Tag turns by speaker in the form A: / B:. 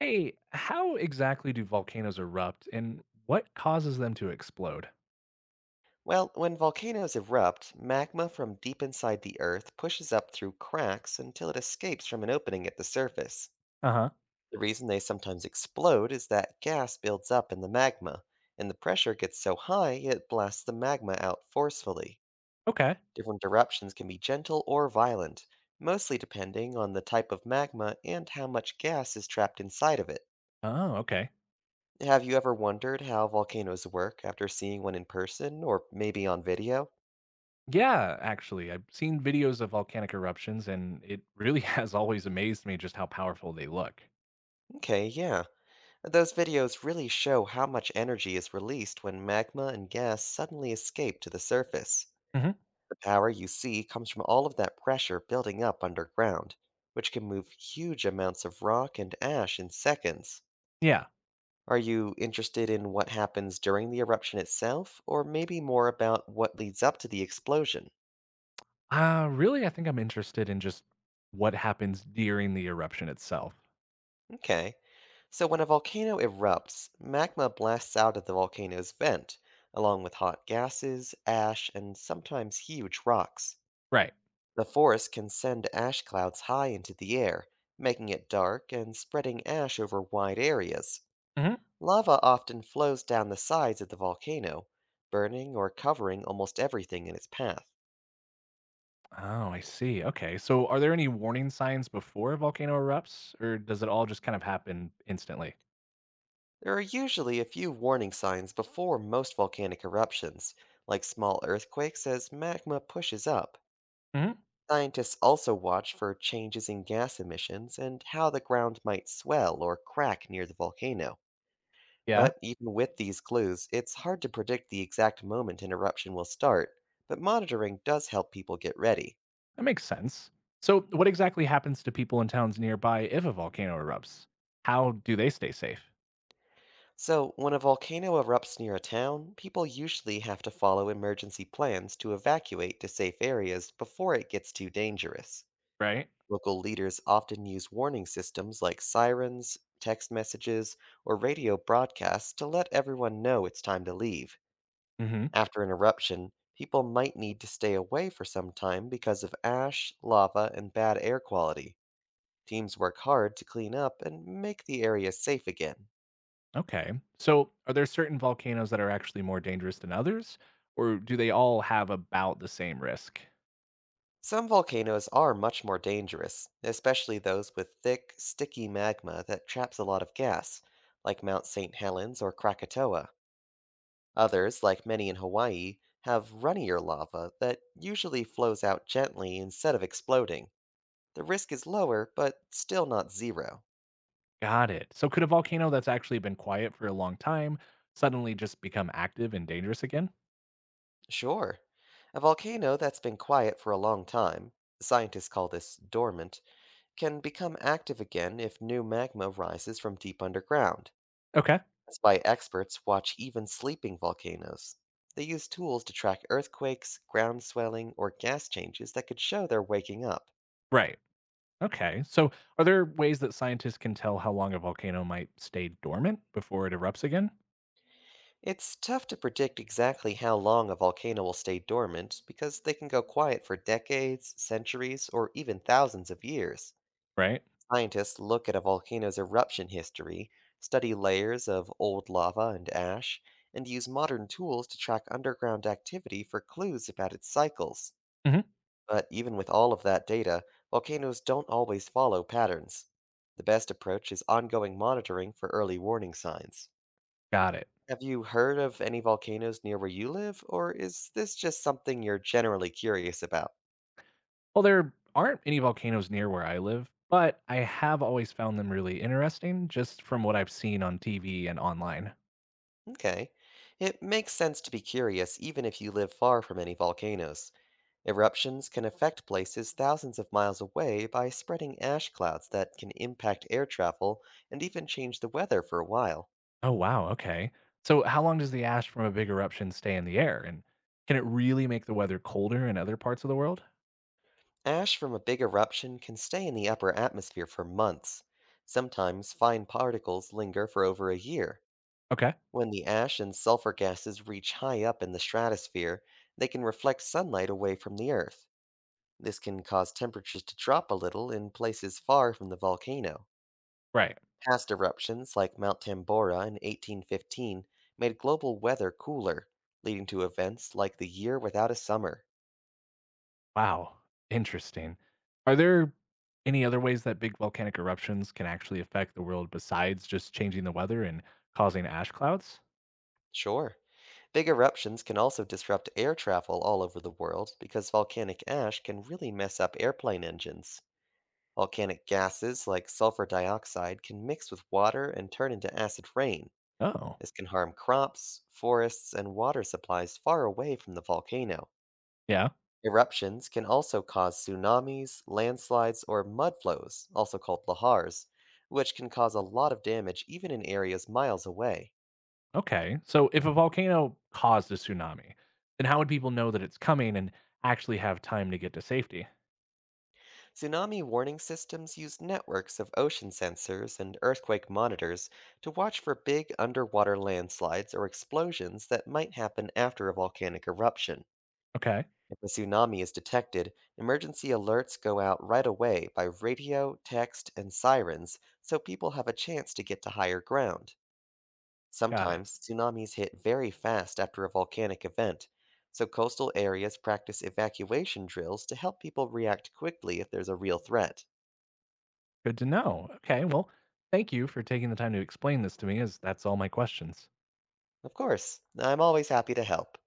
A: Hey, how exactly do volcanoes erupt and what causes them to explode?
B: Well, when volcanoes erupt, magma from deep inside the earth pushes up through cracks until it escapes from an opening at the surface.
A: Uh huh.
B: The reason they sometimes explode is that gas builds up in the magma, and the pressure gets so high it blasts the magma out forcefully.
A: Okay.
B: Different eruptions can be gentle or violent, mostly depending on the type of magma and how much gas is trapped inside of it.
A: Oh, okay.
B: Have you ever wondered how volcanoes work after seeing one in person or maybe on video?
A: Yeah, actually, I've seen videos of volcanic eruptions and it really has always amazed me just how powerful they look.
B: Okay, yeah. Those videos really show how much energy is released when magma and gas suddenly escape to the surface.
A: Hmm.
B: The power you see comes from all of that pressure building up underground, which can move huge amounts of rock and ash in seconds.
A: Yeah.
B: Are you interested in what happens during the eruption itself, or maybe more about what leads up to the explosion?
A: Really, I think I'm interested in just what happens during the eruption itself.
B: Okay. So, when a volcano erupts, magma blasts out of the volcano's vent, along with hot gases, ash, and sometimes huge rocks.
A: Right.
B: The forest can send ash clouds high into the air, making it dark and spreading ash over wide areas.
A: Hmm.
B: Lava often flows down the sides of the volcano, burning or covering almost everything in its path.
A: Oh, I see. Okay. So, are there any warning signs before a volcano erupts or does it all just kind of happen instantly?
B: There are usually a few warning signs before most volcanic eruptions, like small earthquakes as magma pushes up.
A: Hmm.
B: Scientists also watch for changes in gas emissions and how the ground might swell or crack near the volcano.
A: Yeah.
B: But even with these clues, it's hard to predict the exact moment an eruption will start, but monitoring does help people get ready.
A: That makes sense. So, what exactly happens to people in towns nearby if a volcano erupts? How do they stay safe?
B: So, when a volcano erupts near a town, people usually have to follow emergency plans to evacuate to safe areas before it gets too dangerous.
A: Right?
B: Local leaders often use warning systems like sirens, text messages, or radio broadcasts to let everyone know it's time to leave.
A: Hmm.
B: After an eruption, people might need to stay away for some time because of ash, lava, and bad air quality. Teams work hard to clean up and make the area safe again.
A: Okay. So, are there certain volcanoes that are actually more dangerous than others, or do they all have about the same risk?
B: Some volcanoes are much more dangerous, especially those with thick, sticky magma that traps a lot of gas, like Mount St. Helens or Krakatoa. Others, like many in Hawaii, have runnier lava that usually flows out gently instead of exploding. The risk is lower, but still not zero.
A: Got it. So, could a volcano that's actually been quiet for a long time suddenly just become active and dangerous again?
B: Sure. A volcano that's been quiet for a long time, scientists call this dormant, can become active again if new magma rises from deep underground.
A: Okay.
B: That's why experts watch even sleeping volcanoes. They use tools to track earthquakes, ground swelling, or gas changes that could show they're waking up.
A: Right. Okay. So, are there ways that scientists can tell how long a volcano might stay dormant before it erupts again?
B: It's tough to predict exactly how long a volcano will stay dormant because they can go quiet for decades, centuries, or even thousands of years.
A: Right?
B: Scientists look at a volcano's eruption history, study layers of old lava and ash, and use modern tools to track underground activity for clues about its cycles.
A: Hmm.
B: But even with all of that data, volcanoes don't always follow patterns. The best approach is ongoing monitoring for early warning signs.
A: Got it.
B: Have you heard of any volcanoes near where you live, or is this just something you're generally curious about?
A: Well, there aren't any volcanoes near where I live, but I have always found them really interesting just from what I've seen on TV and online.
B: Okay. It makes sense to be curious even if you live far from any volcanoes. Eruptions can affect places thousands of miles away by spreading ash clouds that can impact air travel and even change the weather for a while.
A: Oh, wow. Okay. So, how long does the ash from a big eruption stay in the air? And can it really make the weather colder in other parts of the world?
B: Ash from a big eruption can stay in the upper atmosphere for months. Sometimes fine particles linger for over a year.
A: Okay.
B: When the ash and sulfur gases reach high up in the stratosphere, they can reflect sunlight away from the Earth. This can cause temperatures to drop a little in places far from the volcano.
A: Right.
B: Past eruptions like Mount Tambora in 1815 made global weather cooler, leading to events like the Year Without a Summer.
A: Wow. Interesting. Are there any other ways that big volcanic eruptions can actually affect the world besides just changing the weather and causing ash clouds?
B: Sure. Big eruptions can also disrupt air travel all over the world because volcanic ash can really mess up airplane engines. Volcanic gases like sulfur dioxide can mix with water and turn into acid rain.
A: Oh.
B: This can harm crops, forests, and water supplies far away from the volcano.
A: Yeah.
B: Eruptions can also cause tsunamis, landslides, or mudflows, also called lahars, which can cause a lot of damage even in areas miles away.
A: Okay. So if a volcano caused a tsunami, then how would people know that it's coming and actually have time to get to safety?
B: Tsunami warning systems use networks of ocean sensors and earthquake monitors to watch for big underwater landslides or explosions that might happen after a volcanic eruption.
A: Okay.
B: If a tsunami is detected, emergency alerts go out right away by radio, text, and sirens so people have a chance to get to higher ground.
A: Got it.
B: Sometimes tsunamis hit very fast after a volcanic event, so coastal areas practice evacuation drills to help people react quickly if there's a real threat.
A: Good to know. Okay. Well, thank you for taking the time to explain this to me, as that's all my questions.
B: Of course, I'm always happy to help.